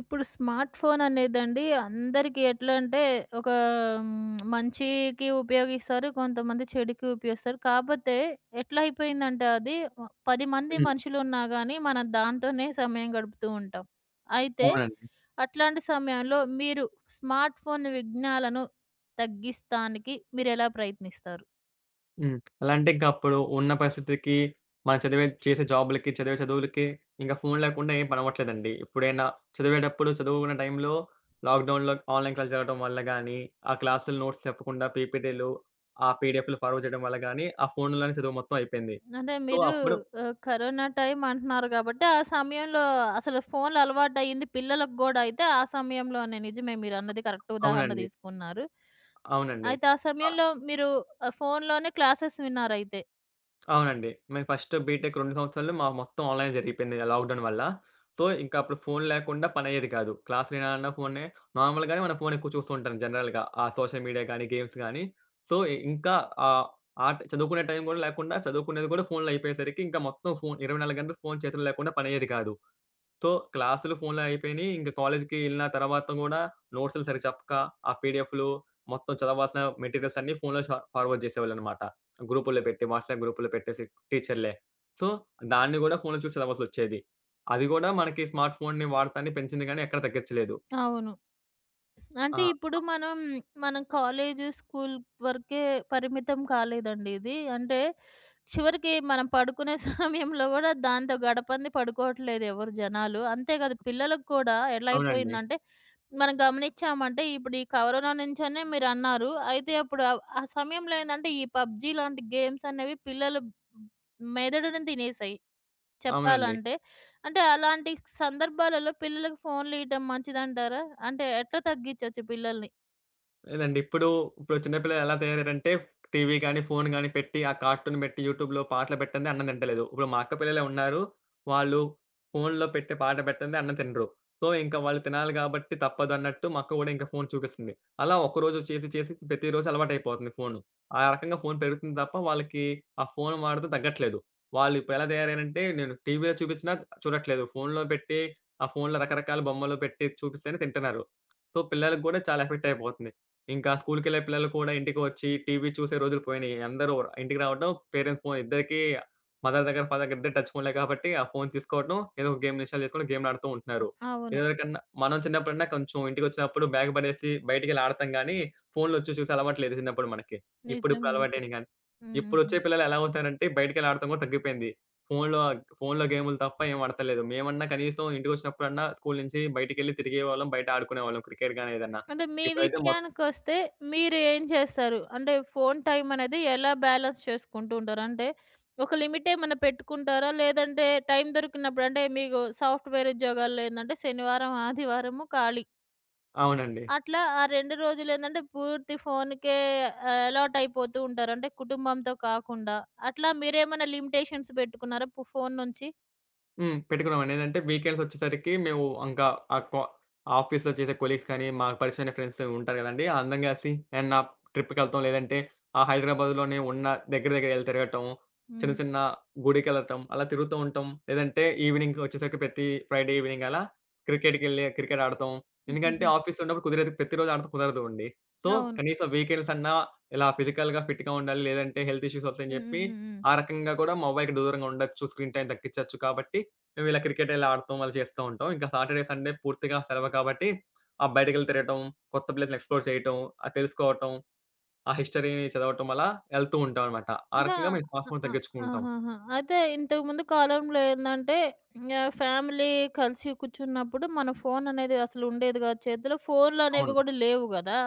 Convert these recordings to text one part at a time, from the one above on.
ఇప్పుడు smart phone అనేదండి అందరికీ ఎట్లా అంటే ఒక మంచికి ఉపయోగిస్తారు. కొంతమంది చెడుకి ఉపయోగిస్తారు. కాపోతే ఎట్లా అయిపోయిందంటే అది వ 10 మంది హ్మ్. మనుషులున్నా గానీ మనం దాంతోనే సమయం గడుపుతూ ఉంటాం. అయితే అవునండి. అట్లాంటి సమయంలో మీరు స్మార్ట్ ఫోన్ విఘ్నాలను తగ్గిస్తానికి మీరెలా ప్రయత్నిస్తారు? హ్మ్. ఎలా అంటే ఇంక అప్పుడు ఉన్న పరిస్థితికి, మనం చేసే జాబ్‌లకి, చదివే చదువులకి ఇంకా ఫోను లేకుండా ఏం పనవ్వట్లేదండి. ఎప్పుడైనా చదివేటప్పుడు చదువుకున్న టైంలో లాక్‌డౌన్‌లో ఆన్‌లైన్ క్లాసులు జరగడం వల్ల గానీ, ఆ క్లాసులు నోట్స్ చెప్పకుండా పీపీటీలు, ఆ పీడీఎఫ్‌లు ఫార్వర్డ్ చేయడం వల్ల గానీ, ఆ ఫోనులోనే చదువు మొత్తం అయిపోయింది. అంటే సో, మీరు అప్పుడు కరోనా టైమ్ అంటున్నారు గాబట్టి, ఆ సమయంలో అసలు ఫోన్లు అలవాటయింది పిల్లలకు గూడా అయితే ఆ సమయంలోనే. నిజమే, మీరన్నది కరెక్ట్ ఉదాహరణ అవునండి. తీసుకున్నారు. అవునండి. అయితే ఆ సమయంలో మీరు ఫోన్‌లోనే క్లాసెస్ విన్నారైతే. అవునండి. మేము ఫస్ట్ బీటెక్ 2 సంవత్సరాలు మా మొత్తం ఆన్‌లైన్ జరిగిపోయింది లాక్‌డౌన్ వల్ల. సో, ఇంకా అప్పుడు ఫోను లేకుండా పనయ్యేది కాదు. క్లాసులు వినాలన్నా ఫోనే. నార్మల్‌గానే మనం ఫోను ఎక్కువ చూస్తూ ఉంటాం జనరల్‌గా. ఆ సోషల్ మీడియా గానీ, గేమ్స్ గానీ. సో, ఇంకా ఆహ్, ఆట్ చదువుకునే టైం గూడా లేకుండా చదువుకునేది కూడా ఫోనులో అయిపోయేసరికి ఇంకా మొత్తం ఫోను 24 గంటలు ఫోను చేతుల్లో లేకుండా పనయ్యేది కాదు. సో, క్లాసులు ఫోన్‌లో అయిపోయినియి. ఇంక కాలేజీకి ఎళ్ళిన తర్వాత గూడా నోట్స్‌లు సరిగ్గా చెప్పక, ఆ పీడీఎఫ్‌లు మొత్తం చదవాల్సిన మెటీరియల్స్ అన్నీ ఫోన్‌లో ఫార్వర్డ్ జేసేవాళ్ళనమాట. గ్రూపుల్లో పెట్టి, వాట్సాప్ గ్రూపుల్లో పెట్టేసి టీచర్‌లే. సో, దాన్ని గూడా ఫోన్‌లో చూసి చదవాల్సొచ్చేది. అది గూడా మనకి స్మార్ట్ ఫోన్‌ని వాడకాన్ని పెంచింది గానీ ఎక్కడ తగ్గించలేదు. అవును. ఆ! అంటే ఇప్పుడు మనం మన కాలేజ్, స్కూల్ వరకే పరిమితం కాలేదండి ఇది. అంటే చివరికి మనం పడుకునే సమయంలో గూడా దాంతో గడపంది పడుకోవట్లేదు ఎవరు జనాలు. అంతే కాదు, పిల్లలకు కూడా ఎలా అవునండి. అయిపోయిందంటే మనం గమనిచ్చామంటే ఇప్పుడు ఈ కరోనా నుంచనే మీరన్నారు. అయితే అప్పుడు ఆ సమయంలో ఏందంటే ఈ పబ్‌జీ లాంటి గేమ్స్ అనేవి పిల్లలు మెదడుని తినేసాయి. అవునండి. చెప్పాలంటే. అంటే అలాంటి సందర్భాలలో పిల్లలకు ఫోన్‌లు ఇయ్యటం మంచిదంటారా? అంటే ఎట్లా తగ్గించొచ్చు పిల్లల్ని? లేదండి. ఇప్పుడు చిన్న పిల్లలు ఎలా తయారయ్యారంటే టీవీ గాని, ఫోను గాని పెట్టి, ఆ కార్టూన్ పెట్టి, యూట్యూబ్‌లో పాటలు పెట్టందే అన్నం తింటలేదు. ఇప్పుడు మా అక్క పిల్లలే ఉన్నారు. వాళ్ళు ఫోనులో పెట్టే పాట పెట్టందే అన్నం తినరు. సో, ఇంకా వాళ్ళు తినాలి కాబట్టి తప్పదన్నట్టు మా అక్క కూడా ఇంకా ఫోను చూపిస్తుంది. అలా ఒకరోజు చేసి, చేసి ప్రతిరోజు అలవాటైపోతుంది ఫోను. ఆ రకంగా ఫోను పెరుగుతుంది తప్ప వాళ్ళకి ఆ ఫోను వాడకం తగ్గట్లేదు. వాళ్ళు ఇప్పుడెలా తయారయ్యారంటే నేను టీవీలో చూపించినా చూడట్లేదు. ఫోనులో పెట్టి, ఆ ఫోనులో రకరకాల బొమ్మలు పెట్టి చూపిస్తేనే తింటున్నారు. సో, పిల్లలకి కూడా చాలా ఎఫెక్ట్ అయిపోతుంది. ఇంకా స్కూలుకెళ్ళే పిల్లలు కూడా ఇంటికొచ్చి టీవీ చూసే రోజులు పోయినియి. అందరూ ఇంటికి రావటం, పేరెంట్స్ ఫోన్ ఇద్దరికీ మదర్ దగ్గర, ఫాదర్ దగ్గర ఇద్దరు టచ్ ఫోన్‌లే కాబట్టి ఆ ఫోన్ తీసుకోవటం, ఏదో ఒక గేమ్‌ని ఇన్‌స్టాల్ చేసుకొని గేమ్‌లాడుతూ ఉంటున్నారు. అవును. ఇదివరకన్నా మనం చిన్నప్పుడన్నా కొంచెం ఇంటికొచ్చినప్పుడు బ్యాగ్ పడేసి బయటికెళ్ళి ఆడతాం గానీ, ఫోన్‌లొచ్చి చూసే అలవాటు లేదు చిన్నప్పుడు మనకి. నిజం. ఇప్పుడిప్పుడు నిజం. అలవాటయినియి గానీ. హ్మ్. హుహు. ఇప్పుడొచ్చే పిల్లలు ఎలా అవుతారంటే బయటికెళ్ళి ఆడటం కూడా తగ్గిపోయింది. ఫోన్‌లో ఫోన్‌లో గేములు తప్ప ఏం ఆడతలేదు. మేమన్నా కనీసం ఇంటికొచ్చినప్పుడన్నా స్కూలు నుంచి బయటికెళ్ళి తిరిగేవాళ్ళం, బయట ఆడుకునేవాళ్ళం క్రికెట్ గానీ ఏదన్నా. అంటే మీ ఇప్పుడైతే మొ విషయానికొస్తే మీరు ఏం చేస్తారు? అంటే ఫోను టైం అనేది ఎలా బ్యాలెన్స్ చేసుకుంటూ ఉంటారు? అంటే ఒక లిమిట్ ఏమన్నా పెట్టుకుంటారా? లేదంటే టైం దొరికినప్పుడు అంటే మీకు సాఫ్ట్‌వేర్ ఉద్యోగాల్లో ఏందంటే శనివారం, ఆదివారము ఖాళీ. అవునండి. అట్లా ఆ 2 రోజులేంటంటే పూర్తి ఫోనుకే అలవాటు అయిపోతూ ఉంటారు. అంటే కుటుంబంతో కాకుండా. అట్లా మీరేమైనా లిమిటేషన్స్ పెట్టుకున్నారా? ఫోను నుంచి? హ్మ్. పెట్టుకున్నామండి. ఏదంటే వీకెండ్స్ వచ్చేసరికి మేము ఇంకా ఆ కొ ఆఫీస్‌లో చేసే కొలీగ్స్ కానీ, మాకు పరిచయమైన ఫ్రెండ్స్ ఉంటారు కదండీ! అందరం కలిసి ఏమన్నా ట్రిప్‌కెళ్తాం. లేదంటే ఆ హైదరాబాద్‌లోనే ఉన్న దగ్గర దగ్గర ఎళ్ళి తిరగటం, చిన్న హ్మ్. చిన్న గుడికెళ్ళటం, అలా తిరుగుతూ ఉంటాం. లేదంటే ఈవినింగ్ వచ్చేసరికి ప్రతి ఫ్రైడే ఈవినింగ్ అలా క్రికెట్ ఆడతాం. ఎందుకంటే హుహుహు. ఆఫీస్‌లో ఉన్నప్పుడు కుదిరేది ప్రతిరోజు ఆడటం కుదరదు అండి. సో, అవును. కనీసం వీకెండ్స్ అన్నా ఇలా ఫిజికల్‌గా ఫిట్‌గా ఉండాలి. లేదంటే హెల్త్ ఇష్యూస్ వస్తాయని హ్మ్. చెప్పి, హ్మ్. హ్మ్. హ్మ్. ఆ రకంగా కూడా మొబైల్‌కి దూరంగా ఉండొచ్చు. స్క్రీన్ టైమ్ తగ్గించొచ్చు కాబట్టి మేము ఇలా క్రికెట్ ఇలా ఆడుతాం, అలా చేస్తా ఉంటాం. ఇంకా సాటర్‌డే, సండే పూర్తిగా సెలవు కాబట్టి బయటికెళ్ళి తిరగటం, కొత్త ప్లేస్‌లు ఎక్స్‌ప్లోర్ చేయటం, తెలుసుకోవటం, ఆ హిస్టరీని చదవటం అలా వెళ్తూ ఉంటామనమాట. ఆ అంటే రకంగా ఆహ్, మేము అ శ్వాసను అ తగ్గించుకుంటాం. ఆహాహా! అయితే ఇంతకుముందు కాలంలో ఏందంటే, ఫ్యామిలీ కలిసి కూర్చున్నప్పుడు మన ఫోన్ అనేది అసలు ఉండేది కాదు. చేతిలో ఫోన్‌లు అనేవి అవును. కూడా లేవు గదా!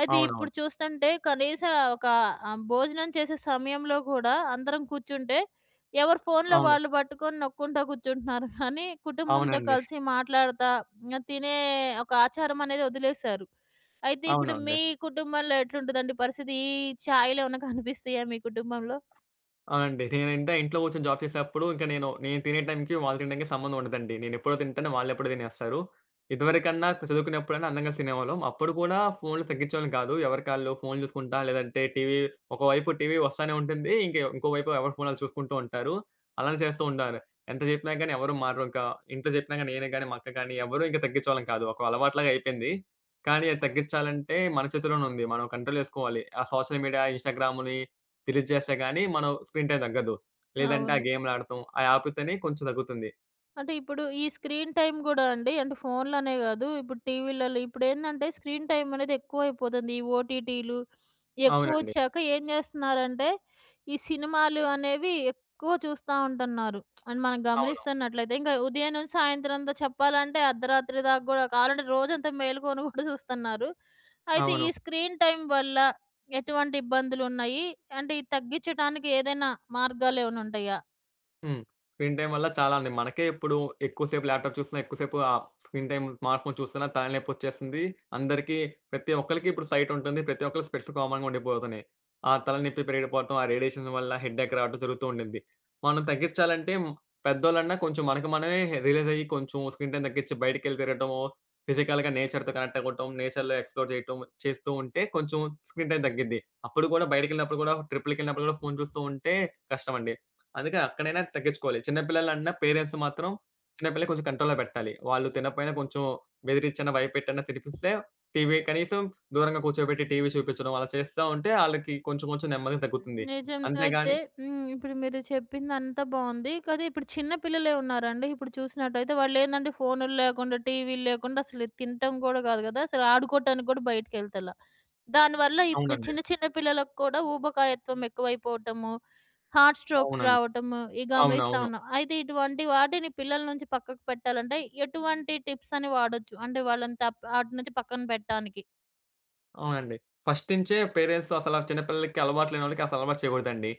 అయితే ఇప్పుడు అవునవును. చూస్తుంటే కనీసం భోజనం చేసే సమయంలో కూడా అందరం కూర్చుంటే, ఎవరి ఫోన్‌లో అవును. వాళ్ళు పట్టుకొని నొక్కుంటా కూర్చుంటున్నారు. కానీ కుటుంబంతో అవునండి. కలిసి మాట్లాడతా, తినే ఒక ఆచారం అనేది వదిలేశారు. అయితే ఇప్పుడు అవునండి. మీ కుటుంబంలో ఎట్లుంటదండి పరిస్థితి? ఈ ఛాయలేమన్నా కనిపిస్తాయా మీ కుటుంబంలో? ఆ! అండి. నేనంటే ఇంట్లో కూర్చొని జాబ్ చేసేప్పుడు ఇంక నేను తినే టైంకి, వాళ్ళు తినడానికి సంబంధం ఉండదండి. నేనెప్పుడో తింటాను, వాళ్ళెప్పుడో తినేస్తారు. ఇదివరకన్నా చదువుకున్నప్పుడైనా అందరం కలిసి తినేవాళ్ళం. అప్పుడు కూడా ఫోన్లు తగ్గించేవాళ్ళం కాదు. ఎవరికాళ్ళు ఫోన్లు చూసుకుంటా, లేదంటే టీవీ ఒకవైపు టీవీ వస్తానే ఉంటుంది. ఇంక ఇంకోవైపు ఎవరి ఫోన్ ఆళ్ళు చూసుకుంటూ ఉంటారు. అలానే చేస్తూ ఉండారు. ఎంత చెప్పినా గానీ ఎవరు మారరు. ఇంకా ఇంట్లో చెప్పినా గానీ నేనే గానీ, మా అక్క గానీ ఎవరు ఇంక తగ్గించేవాళ్ళం కాదు. ఒక అలవాటులాగా అయిపోయింది. కానీ అది తగ్గించాలంటే మన చేతిలోనే ఉంది. మనం కంట్రోల్ చేసుకోవాలి. ఆ సోషల్ మీడియా, ఇన్‌స్టాగ్రామ్‌ని డిలీట్ చేస్తే గాని మనం స్క్రీన్ టైమ్ తగ్గదు. లేదంటే ఆ అవును. గేమ్‌లాడటం, ఆ యాప్‌తోనే కొంచెం తగ్గుతుంది. అంటే ఇప్పుడు ఈ స్క్రీన్ టైమ్ గూడా అండి. అంటే ఫోన్‌లనే గాదు. ఇప్పుడు టీవీలలో ఇప్పుడేందంటే స్క్రీన్ టైమ్ అనేది ఎక్కువైపోతుంది. ఈ ఓటీటీలు అవునండి. ఎక్కువొచ్చాక ఏం జేస్తున్నారంటే, ఈ సినిమాలు అనేవి ఎక్కువ చూస్తా ఉంటున్నారు. అండ్ మనం అవును. గమనిస్తున్నట్లయితే ఇంకా ఉదయం నుంచి సాయంత్రం అంతా, చెప్పాలంటే అర్ధరాత్రి దాకా గూడా, కావాలంటే రోజంతా మేలుకొని గూడా చూస్తున్నారు. అయితే అవును. ఈ స్క్రీన్ టైమ్ వల్ల ఎటువంటి ఇబ్బందులున్నాయి? అంటే ఇది తగ్గించటానికి ఏదైనా మార్గాలేమైనా ఉంటాయా? హ్మ్. స్క్రీన్ టైమ్ వల్ల చాలా అండి. మనకే ఇప్పుడు ఎక్కువసేపు ల్యాప్‌టాప్ చూస్తున్నా, ఎక్కువసేపు ఆ స్క్రీన్ టైమ్ స్మార్ట్ ఫోన్ చూస్తున్నా తలనొప్పొచ్చేస్తుంది. అందరికీ ప్రతి ఒక్కళ్ళకి ఇప్పుడు సైట్ ఉంటుంది. ప్రతి ఒక్కళ్ళ స్పెట్స్ కామన్‌గా ఉండిపోతున్నాయి. ఆ తలనొప్పి పెరిగిపోవటం, ఆ రేడియేషన్ వల్ల హెడ్‌ఏక్ రావడం జరుగుతూ ఉండిద్ది. మనం తగ్గించాలంటే పెద్దోళ్ళన్నా కొంచెం మనకు మనమే రియలైజ్ అయ్యి కొంచెం స్క్రీన్ టైమ్ తగ్గించి బయటికెళ్ళి తిరగటము, ఫిజికల్‌గా నేచర్‌తో కనెక్ట్ అవ్వటం, నేచర్‌లో ఎక్స్‌ప్లోర్ చేయటం చేస్తూ ఉంటే కొంచెం స్క్రీన్ టైమ్ తగ్గిద్ది. అప్పుడు కూడా బయటికెళ్ళినప్పుడు కూడా ట్రిప్‌లకెళ్ళినప్పుడు కూడా ఫోను చూస్తూ ఉంటే కష్టమండి. అందుకే అక్కడైనా తగ్గించుకోవాలి. చిన్న పిల్లలన్నా పేరెంట్స్ మాత్రం చిన్న పిల్లలని కొంచెం కంట్రోల్‌లో పెట్టాలి. వాళ్ళు తినకపోయినా కొంచెం బెదిరిచ్చైనా, భయపెట్టైనా తినిపిస్తే టీవీ కనీసం దూరంగా కూర్చోబెట్టి టీవీ చూపించడం అలా చేస్తా ఉంటే ఆళ్ళకి కొంచెం కొంచెం నెమ్మదిగా తగ్గుతుంది. నిజం. అయితే అంతేగాని హ్మ్. ఇప్పుడు మీరు చెప్పిందంతా బావుంది. కానీ ఇప్పుడు చిన్న పిల్లలే ఉన్నారండి. ఇప్పుడు చూసినట్టయితే వాళ్ళేందంటే ఫోనులు లేకుండా, టీవీలు లేకుండా అసలు తినటం కూడా కాదు కదా! అసలు ఆడుకోవటానికి కూడా బయటికెళ్తలా. దానివల్ల హ్మ్, ఇప్పుడు అవునండి. చిన్న చిన్న పిల్లలకు కూడా ఊబకాయత్వం ఎక్కువైపోవటము, హార్ట్ స్ట్రోక్స్ అవునండి. రావటము ఇవి గమనిస్తా అవునవును. ఉన్నాం. అయితే ఇటువంటి వాటిని పిల్లల నుంచి పక్కకు పెట్టాలంటే ఎటువంటి టిప్స్ అని వాడొచ్చు? అంటే వాళ్ళని ఆటి నుంచి పక్కన పెట్టడానికి. అవునండి. ఫస్ట్ నుంచే పేరెంట్స్ అసల చిన్న పిల్లలకి అలవాటు లేనోళ్ళకి అసలు అలవాటు చేయకూడదండి.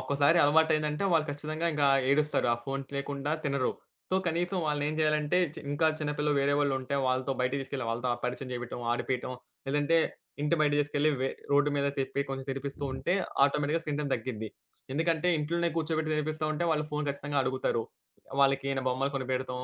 ఒక్కసారి అలవాటయిందంటే వాళ్ళు ఖచ్చితంగా ఇంకా ఏడుస్తారు. ఆ ఫోను లేకుండా తినరు. సో, కనీసం వాళ్ళనేం చేయాలంటే ఇంకా చిన్న పిల్లలు వేరే వాళ్ళుంటే వాళ్ళతో బయటికి తీసుకెళ్ళి వాళ్ళతో పరిచయం చేపియటం, ఆడిపియటం. లేదంటే ఇంటి బయట తీసుకెళ్ళి రోడ్డు మీద తిప్పి కొంచెం తినిపిస్తూ ఉంటే ఆటోమేటిక్‌గా స్క్రీన్ టైమ్ తగ్గిద్ది. ఎందుకంటే ఇంట్లోనే కూర్చోబెట్టి తినిపిస్తా ఉంటే వాళ్ళు ఫోను ఖచ్చితంగా అడుగుతారు. వాళ్ళకి ఏమైనా బొమ్మలు కొనిపెడతాం,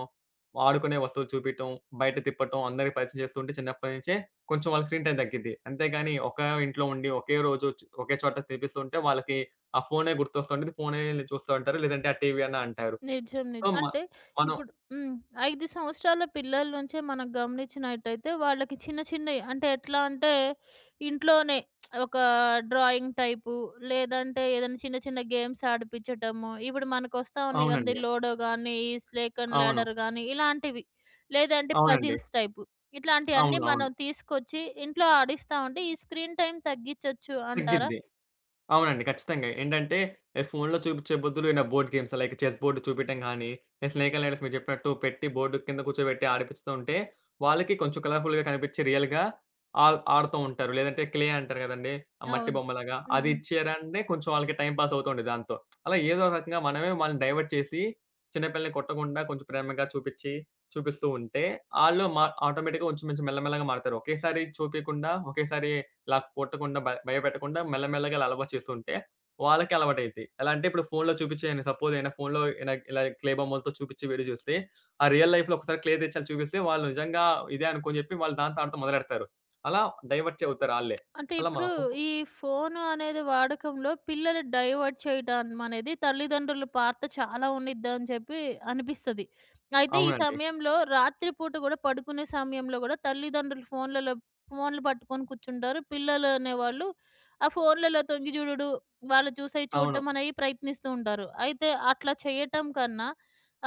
ఆడుకునే వస్తువులు చూపియటం, బయట తిప్పటం, అందరికి పరిచయం చేస్తూ ఉంటే చిన్నప్పటి నుంచే కొంచెం వాళ్ళకి స్క్రీన్ టైమ్ తగ్గిద్ది. అంతేగాని ఒకే ఇంట్లో ఉండి, ఒకే రోజు చు ఒకే చోట తినిపిస్తుంటే వాళ్ళకి ఆ ఫోనే గుర్తొస్తుంటది. ఫోనే చూస్తా ఉంటారు. లేదంటే ఆ టీవీ అన్నా అంటారు. నిజం. సో, నిజం. మ అంటే మనం ఇప్పుడు హ్మ్, 5 సంవత్సరాల పిల్లల నుంచే మనం గమనించినట్టయితే వాళ్ళకి చిన్న చిన్నయి అంటే ఎట్లా అంటే ఇంట్లోనే ఒక డ్రాయింగ్ టైపు లేదంటే ఏదైనా చిన్న చిన్న గేమ్స్ ఆడిపిచ్చటము. ఇప్పుడు మనకొస్తా ఉన్నాయి కదండీ! అవునండి. లూడో గాని, ఈ స్నేక్ అండ్ అవును. ల్యాడర్ గాని ఇలాంటివి. లేదంటే అవునండి. Puzzles type. ఇట్లాంటియన్నీ అవును. మనం తీసుకొచ్చి ఇంట్లో ఆడిస్తా ఉంటే ఈ స్క్రీన్ టైమ్ తగ్గిచ్చొచ్చు అంటారా? తగ్గిద్ది. అవునండి. ఖచ్చితంగా. ఏంటంటే ఈ ఫోనులో చూపిచ్చే బొద్దులు ఇలా board games like chess board చూపియటం గానీ, ఈ స్నేక్ అండ్ ల్యాడర్స్ మీరు చెప్పినట్టు పెట్టి బోర్డ్ కింద కూర్చోబెట్టి ఆడిపిస్తూ ఉంటే, వాళ్ళకి కొంచెం కలర్‌ఫుల్‌గా కనిపిచ్చి రియల్‌గా ఆడుతూ ఉంటారు. లేదంటే క్లే అంటారు గదండీ! ఆ మట్టి అవును. బొమ్మలాగా హ్మ్. అది హ్మ్. ఇచ్చారంటే కొంచెం వాళ్ళకి టైమ్ పాస్ అవుతుంది దాంతో. అలా ఏదో ఒక రకంగా మనమే వాళ్ళని డైవర్ట్ చేసి, చిన్న పిల్లల్ని కొట్టకుండా కొంచెం ప్రేమగా చూపిచ్చి, చూపిస్తూ ఉంటే ఆళ్ళు మా ఆటోమేటిక్‌గా కొంచెం కొంచెం మెల్లమెల్లగా మారతారు. ఒకేసారి చూపియకుండా, ఇలా కొట్టకుండా, భయపెట్టకుండా మెల్లమెల్లగా ఇలా అలవాటు చేస్తుంటే, వాళ్ళకి అలవాటయిద్ది. ఎలా అంటే ఇప్పుడు ఫోనులో చూపిచ్చేయన సపోజ్ ఏమైనా ఫోనులో ఇలా ఇలా క్లే బొమ్మలతో చూపిచ్చి వీడియో చూస్తే, ఆ రియల్ లైఫ్‌లో ఒకసారి క్లే తెచ్చి అలా చూపిస్తే వాళ్ళు నిజంగా ఇదే అనుకోని చెప్పి వాళ్ళు దాంతో ఆడటం మొదలెడతారు. అలా డైవర్ట్ అవుతారు ఆళ్ళే. అంటే అలా మా ఇప్పుడు ఈ ఫోను అనేది వాడకంలో పిల్లలు డైవర్ట్ చేయడం అనేది తల్లిదండ్రుల పాత్ర చాలా ఉండిద్దని చెప్పి అనిపిస్తది. అయితే ఈ అవునండి. సమయంలో రాత్రిపూట గూడా పడుకునే సమయంలో గూడా తల్లిదండ్రులు ఫోన్లు పట్టుకొని కూర్చుంటారు. పిల్లలు అనేవాళ్ళు ఆ ఫోన్లలో తొంగి జూడుడు, వాళ్ళు చూసేయి అవును. చూడటం అనేవి ప్రయత్నిస్తూ ఉంటారు. అయితే అట్లా చేయటం కన్నా,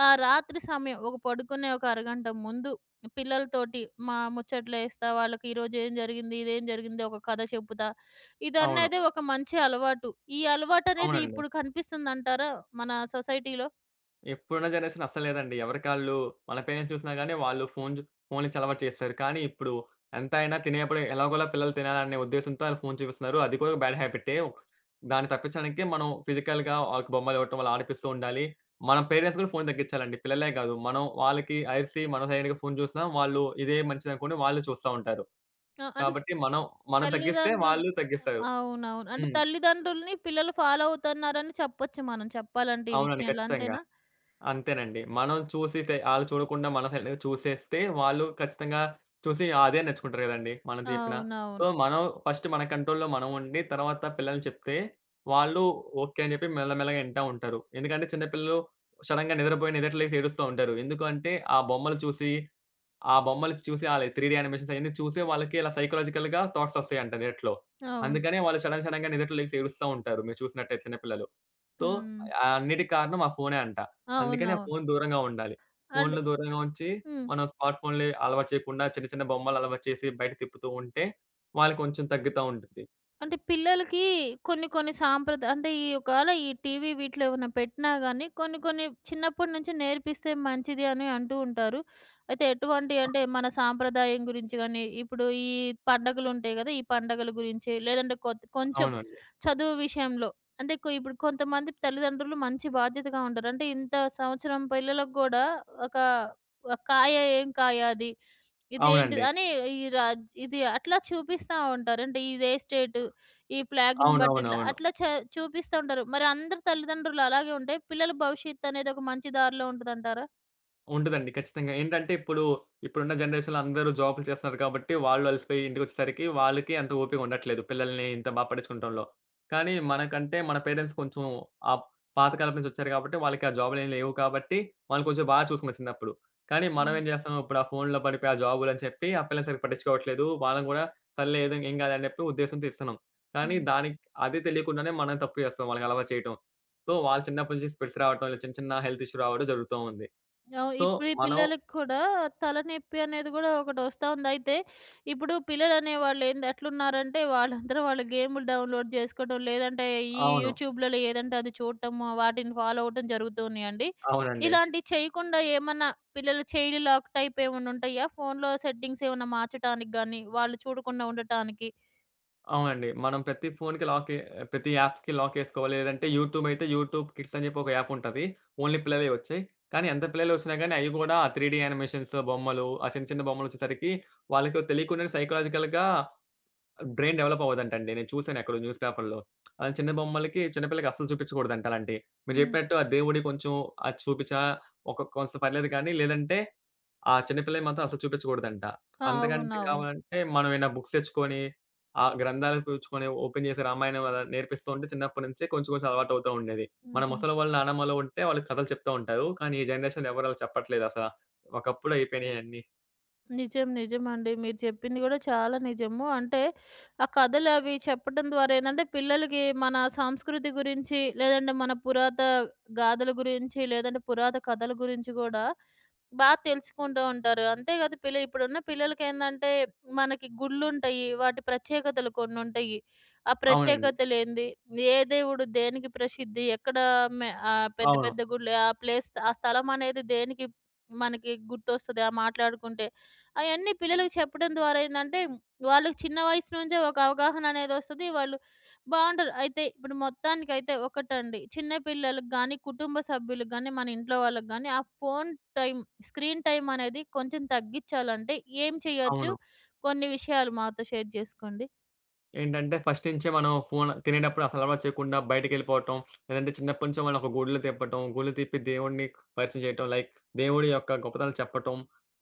ఆ రాత్రి సమయం ఒక పడుకునే ఒక అరగంట ముందు పిల్లలతోటి మా ముచ్చట్లేస్తా, వాళ్ళకి ఈరోజు ఏం జరిగింది, ఇదేం జరిగింది, ఒక కథ చెప్పుతా. అవును. ఇదన్నదే ఒక మంచి అలవాటు. ఈ అలవాటనేది అవునండి. ఇప్పుడు కనిపిస్తుందంటారా మన సొసైటీలో? ఇప్పుడున్న జనరేషన్ అస్సలు లేదండి. ఎవరికాళ్ళు మన పేరెంట్స్ చూసినా గాని వాళ్ళు ఫోను చు ఫోన్‌లిచ్చి అలవాటు చేసేసారు. కానీ ఇప్పుడు ఎంత అయినా తినేప్పుడు ఎలాగోలా పిల్లలు తినాలనే ఉద్దేశంతో ఆళ్ళు ఫోను చూపిస్తున్నారు. అది కూడా బ్యాడ్ హ్యాబిటే. దాన్ని తప్పించడానికి మనం ఫిజికల్‌గా వాళ్ళకి బొమ్మలు ఇవ్వటం, అలా ఆడిపిస్తూ ఉండాలి. మన పేరెంట్స్ కూడా ఫోను తగ్గించాలండి. పిల్లలే కాదు. మనం వాళ్ళకి అరిసి మనం సైలెంట్‌గా ఫోను చూసినా వాళ్ళు ఇదే మంచిదనుకోని వాళ్ళు చూస్తా ఉంటారు. ఆ! అంటే కాబట్టి మనం మనం తగ్గిస్తే తల్లిదండ్రులు. వాళ్ళు తగ్గిస్తారు. అవునవును. అంటే హ్మ్. తల్లిదండ్రులని పిల్లలు ఫాలో అవుతున్నారని చెప్పొచ్చు, మనం చెప్పాలంటే ఈ అవునండి. విషయంలో. ఖచ్చితంగా. అంతేనా? అంతేనండి. మనం చూసి సే ఆళ్ళు చూడకుండా మన సైడ్‌గా చూసేస్తే వాళ్ళు ఖచ్చితంగా చూసి అదే నేర్చుకుంటారు గదండీ మనం చెప్పిన. అవునవును. సో, మనం ఫస్ట్ మన కంట్రోల్‌లో మనం ఉండి తర్వాత పిల్లల్ని చెప్తే వాళ్ళు ఓకే అని జెప్పి మెల్లమెల్లగా ఇంటా ఉంటారు. ఎందుకంటే చిన్న పిల్లలు సడెన్‌గా నిద్రపోయి నిద్దట లేసి ఏడుస్తా ఉంటారు. ఎందుకంటే ఆ బొమ్మలు చూసి ఆళ్ళ 3 డీ యానిమేషన్స్ అయన్నీ చూసే వాళ్ళకి ఇలా సైకలాజికల్‌గా థాట్స్ ఒస్తాయంట నిద్దట్లో. అవును. అందుకనే వాళ్ళు సడెన్‌గా నిద్దట లేసి ఏడుస్తా ఉంటారు మీరు చూసినట్టయితే చిన్న పిల్లలు. సో, హ్మ్. అన్నిటికి కారణం ఆ ఫోనే అంట. అందుకని ఆ అవునవును. ఫోను దూరంగా ఉండాలి. అండ్ ఫోన్లు దూరంగా ఉంచి, హ్మ్. మనం స్మార్ట్ ఫోన్‌లు అలవాటు చేయకుండా చిన్న చిన్న బొమ్మలు అలవాటు చేసి బయట తిప్పుతూ ఉంటే, వాళ్ళకి కొంచెం తగ్గుతా ఉంటుంది. అంటే పిల్లలకి కొన్ని కొన్ని అంటే ఈ ఒకవేళ ఈ టీవీ వీటిలో ఏమైనా పెట్టినా గానీ, కొన్ని కొన్ని చిన్నప్పటి నుంచి నేర్పిస్తే మంచిది అని అంటూ ఉంటారు. అయితే ఎటువంటి, అంటే మన సాంప్రదాయం గురించి గానీ, ఇప్పుడు ఈ పండగలుంటాయి గదా! ఈ పండగల గురించి లేదంటే కొంచెం అవునండి. చదువు విషయంలో, అంటే ఇప్పుడు కొంతమంది తల్లిదండ్రులు మంచి బాధ్యతగా ఉంటారు. అంటే ఇంత సంవత్సరం పిల్లలకు గూడా ఒక ఒక కాయ ఏం కాయ అది? ఇదేంటిది అవునండి. అని ఈ రా ఇది అట్లా చూపిస్తా ఉంటారు. అంటే ఇదే స్టేటు, ఈ ఫ్లాగ్‌ని బట్టి ఇట్లా, అవునవునవును. అట్లా చూపిస్తా ఉంటారు. మరి అందరి తల్లిదండ్రులు అలాగే ఉంటే పిల్లల భవిష్యత్తు అనేది ఒక మంచి దారిలో ఉంటదంటారా? ఉంటదండి. ఖచ్చితంగా. ఇప్పుడున్న జనరేషన్‌లో అందరూ జాబ్‌లు చేస్తున్నారు కాబట్టి, వాళ్ళు అలసిపోయి ఇంటికొచ్చేసరికి వాళ్ళకి అంత ఓపిక ఉండట్లేదు. పిల్లల్ని ఇంత బా పట్టించుకుంటంలో. కానీ మనకంటే మన పేరెంట్స్ కొంచెం ఆ పాతకాలం నుంచి వచ్చారు కాబట్టి, వాళ్ళకి ఆ జాబ్‌లేమి లేవు కాబట్టి, వాళ్ళు కొంచెం బా చూసుకున్నారు చిన్నప్పుడు. కానీ మనం హ్మ్. ఏం చేస్తాం, ఇప్పుడు ఆ ఫోన్‌లో పడిపోయి ఆ జాబులని చెప్పి, ఆ పిల్లల్ని సరిగ్గా పట్టించుకోవట్లేదు. వాళ్ళని కూడా సర్లే ఏదో ఏం కాదులే అని చెప్పి ఉద్దేశంతో ఇస్తున్నాం. కానీ హ్మ్. దానికి అది తెలియకుండానే మనం తప్పు చేస్తాం వాళ్ళకి అలవాటు చేయటం. సో, వాళ్ళు చిన్నప్పటి నుంచి స్పెట్స్ రావటం, చిన్న చిన్న హెల్త్ ఇష్యూ రావడం జరుగుతూ ఉంది. సో, ఇప్పుడు ఈ మనం పిల్లలకి కూడా తలనొప్పి అనేది గూడా ఒకటొస్తా ఉంది. అయితే ఇప్పుడు పిల్లలనేవాళ్ళు ఏంది ఎట్లున్నారంటే వాళ్ళంతట వాళ్ళు గేములు డౌన్‌లోడ్ చేసుకోవడం, లేదంటే ఈ అవును. యూట్యూబ్‌లలో ఏదంటే అది చూడటము, వాటిని ఫాలో అవ్వటం జరుగుతూ ఉన్నాయండి. అవునండి. ఇలాంటివి చేయకుండా ఏమన్నా పిల్లలు చైల్డ్ లాక్ టైప్ ఏమన్నా ఉంటాయా? ఫోన్‌లో సెట్టింగ్స్ ఏమన్నా మార్చటానికి గాని, వాళ్ళు చూడకుండా ఉండటానికి? అవునండి. మనం ప్రతి ఫోన్‌కి లాక్ ఎ ప్రతి యాప్స్‌కి లాక్ ఏసుకోవాలి. లేదంటే యూట్యూబ్ అయితే యూట్యూబ్ కిడ్స్ అని చెప్పి ఒక యాప్ ఉంటది. ఓన్లీ పిల్లలయి వచ్చాయి. కానీ ఎంత పిల్లలొచ్చినా గానీ అయి గూడా ఆ 3 డీ యానిమేషన్స్ బొమ్మలు, ఆ చిన్న చిన్న బొమ్మలొచ్చేసరికి వాళ్ళకి తెలియకుండానే సైకలాజికల్‌గా బ్రెయిన్ డెవలప్ అవ్వదంటండి. నేను చూసాను ఎక్కడో న్యూస్ పేపర్‌లో. ఆ చిన్న బొమ్మలకి చిన్న పిల్లలకి అస్సలు చూపించకూడదంట అలాంటియి. మీరు హ్మ్. చెప్పినట్టు ఆ దేవుడియి కొంచెం అది చూపించినా ఒక కొంత పర్లేదు కానీ లేదంటే చిన్న పిల్లలయి మాత్రం అసలు చూపించకూడదంట. ఆ! అంతకంటే అవునవును. కావాలంటే మనం ఏమైనా బుక్స్ తెచ్చుకొని, ఆ గ్రంథాలు తెచ్చుకొని ఓపెన్ చేసి రామాయణం అలా నేర్పిస్తూ ఉంటే చిన్నప్పటి నుంచే కొంచెం కొంచెం అలవాటు అవుతూ ఉండేది. మన హుహు. ముసలి వాళ్ళు నానమ్మలు ఉంటే వాళ్ళు కథలు చెప్తా ఉంటారు. కానీ ఈ జనరేషన్‌లో ఎవరు అలా చెప్పట్లేదు అసల. ఒకప్పుడు అయిపోయినాయి అన్నీ. నిజం. నిజమండి. మీరు చెప్పింది గూడా చాలా నిజము. అంటే, ఆ కథలవి చెప్పడం ద్వారా ఏందంటే, పిల్లలకి మన సంస్కృతి గురించి, లేదంటే మన పురాత గాథల గురించి, లేదంటే పురాత కథల గురించి గూడా బా తెలుసుకుంటూ ఉంటారు. అంతేకాదు ఇప్పుడున్న పిల్లలకేందంటే, మనకి గుళ్ళుంటయి, వాటి ప్రత్యేకతలు కొన్నుంటయి. ఆ అవునండి. ప్రత్యేకతలేంది, ఏ దేవుడు దేనికి ప్రసిద్ధి, ఎక్కడ పెద్ద అవును. పెద్ద గుళ్ళు, ఆ ప్లేస్, ఆ స్థలమనేది దేనికి మనకి గుర్తొస్తది, ఆ మాట్లాడుకుంటే. అయన్నీ పిల్లలకి చెప్పడం ద్వారా ఏందంటే, వాళ్ళకి చిన్న వయసు నుంచే ఒక అవగాహన అనేదొస్తది. వాళ్ళు బావుంటారు. అయితే ఇప్పుడు మొత్తానికైతే ఒకటండి. చిన్న పిల్లలకి గానీ, కుటుంబ సభ్యులకి గానీ, మన ఇంట్లో వాళ్ళకి గానీ, ఆ ఫోను టైం, స్క్రీన్ టైం అనేది కొంచెం తగ్గిచ్చాలంటే ఏం చేయొచ్చు? అవును. కొన్ని విషయాలు మాతో షేర్ జేసుకోండి. ఏంటంటే ఫస్ట్ నుంచే మనం ఫోన్ తినేటప్పుడు అసలు అలవాటు చేయకుండా బయటికెళ్ళిపోవటం. లేదంటే చిన్నప్పటి నుంచే వాళ్ళని ఒక గుడిలో తిప్పటం. గుడిలో తిప్పి దేవుడిని పరిచయం చేయటం. లైక్ దేవుడి యొక్క గొప్పతనాలు చెప్పటం.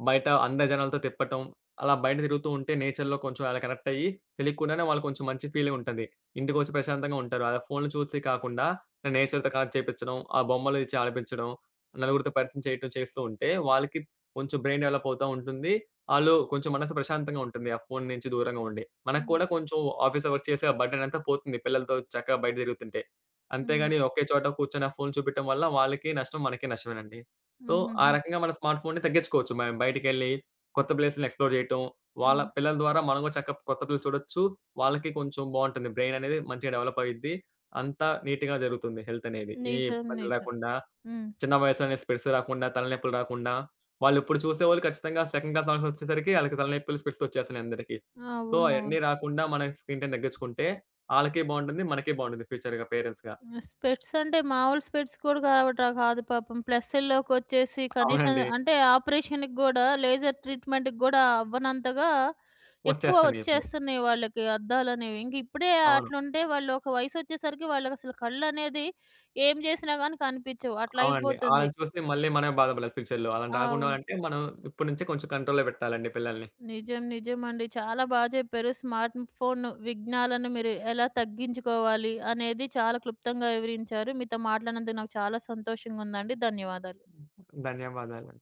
బయట అందరి జనాలతో తిప్పటం. అలా బయట తిరుగుతూ ఉంటే నేచర్‌లో కొంచెం అలా కనెక్ట్ అయ్యి తెలియకుండానే వాళ్ళు కొంచెం మంచి ఫీలింగ్ ఉంటది. ఇంటికొచ్చి ప్రశాంతంగా ఉంటారు. అలా ఫోన్‌లు చూసి కాకుండా నేచర్‌తో కనెక్ట్ చేపించడం. ఆ బొమ్మలు ఇచ్చి ఆడిపించడం. నలుగురితో పరిచయం చేయటం చేస్తూ ఉంటే వాళ్ళకి కొంచెం బ్రెయిన్ డెవలప్ అవుతా ఉంటుంది. ఆళ్ళు కొంచెం మనసు ప్రశాంతంగా ఉంటుంది. ఆ ఫోను నుంచి దూరంగా ఉండి. మనకు హ్మ్. కూడా కొంచెం ఆఫీస్ వర్క్ చేసే ఆ బర్డెన్ అంతా పోతుంది. పిల్లలతో చక్కగా బయట తిరుగుతుంటే. హ్మ్. అంతేగాని ఒకే చోట కూర్చొని ఆ ఫోను చూపెట్టడం వల్ల వాళ్ళకి నష్టం, మనకి నష్టమేనండి. సో, ఆ హుహుహు. రకంగా మన స్మార్ట్ ఫోన్‌ని తగ్గించుకోవచ్చు. మనం బయటికెళ్ళి కొత్త ప్లేసుల్ని ఎక్స్‌ప్లోర్ చేయటం. వాళ్ళ హ్మ్. పిల్లల ద్వారా మనం కూడా చక్కగా కొత్త ప్లేస్ చూడొచ్చు. వాళ్ళకి కొంచెం బావుంటుంది. బ్రెయిన్ అనేది మంచిగా డెవలప్ అయ్యిద్ది. అంతా నీట్‌గా జరుగుతుంది హెల్త్ అనేది. ఏ నిజం. ఇబ్బంది నిజం. లేకుండా హ్మ్. చిన్న వయసులోనే స్పెక్ట్స్ రాకుండా, తలనొప్పులు రాకుండా, వాళ్ళిప్పుడు చూసేవాళ్ళు ఖచ్చితంగా సెకండ్ క్లాస్ నాలెడ్జొచ్చేసరికి ఆళ్ళకి తలనొప్పులు, స్పెక్ట్స్ వచ్చేస్తున్నాయి అందరికి. సో, అవునవును. అయన్నీ రాకుండా మన స్క్రీన్ టైమ్ తగ్గించుకుంటే, ఆళ్ళకి బావుంటుంది, మనకి బావుంటుంది ఫ్యూచర్‌గా పేరెంట్స్‌గా. స్పెట్స్ అంటే మామూలు స్పెట్స్ కూడా కావట కాదు పాపం. ప్లస్‌ల్లోకొచ్చేసి కనీసం అవునండి. అంటే ఆపరేషన్‌కి గూడా లేజర్ ట్రీట్‌మెంట్‌కి గూడా అవ్వనంతగా ఎక్కువ వచ్చేస్తున్నాయి ఇప్పుడు. వచ్చేస్తున్నాయి వాళ్ళకి అద్దాలనేవి. ఇంక ఇప్పుడే అవును. అట్లుంటే వాళ్ళు ఒక వయసొచ్చేసరికి వాళ్ళకసలు కళ్ళనేది ఏం జేసినా గాని కనిపిచ్చవు. అట్లా అవునండి. అయిపోతుంది. ఆళ్ళని చూసి మళ్ళీ మనమే బాధపడాలి ఫ్యూచర్‌లో. అలాంటి రాకుండా అవును. అంటే, మనం ఇప్పటి నుంచే కొంచెం కంట్రోల్‌లో పెట్టాలండి పిల్లల్ని. నిజం. నిజమండి. చాలా బా జెప్పారు. స్మార్ట్ ఫోను విఘ్నాలను మీరు ఎలా తగ్గించుకోవాలి అనేది చాలా క్లుప్తంగా వివరించారు. మీతో మాట్లాడినందుకు నాకు చాలా సంతోషంగుందండి. ధన్యవాదాలు. ధన్యవాదాలు.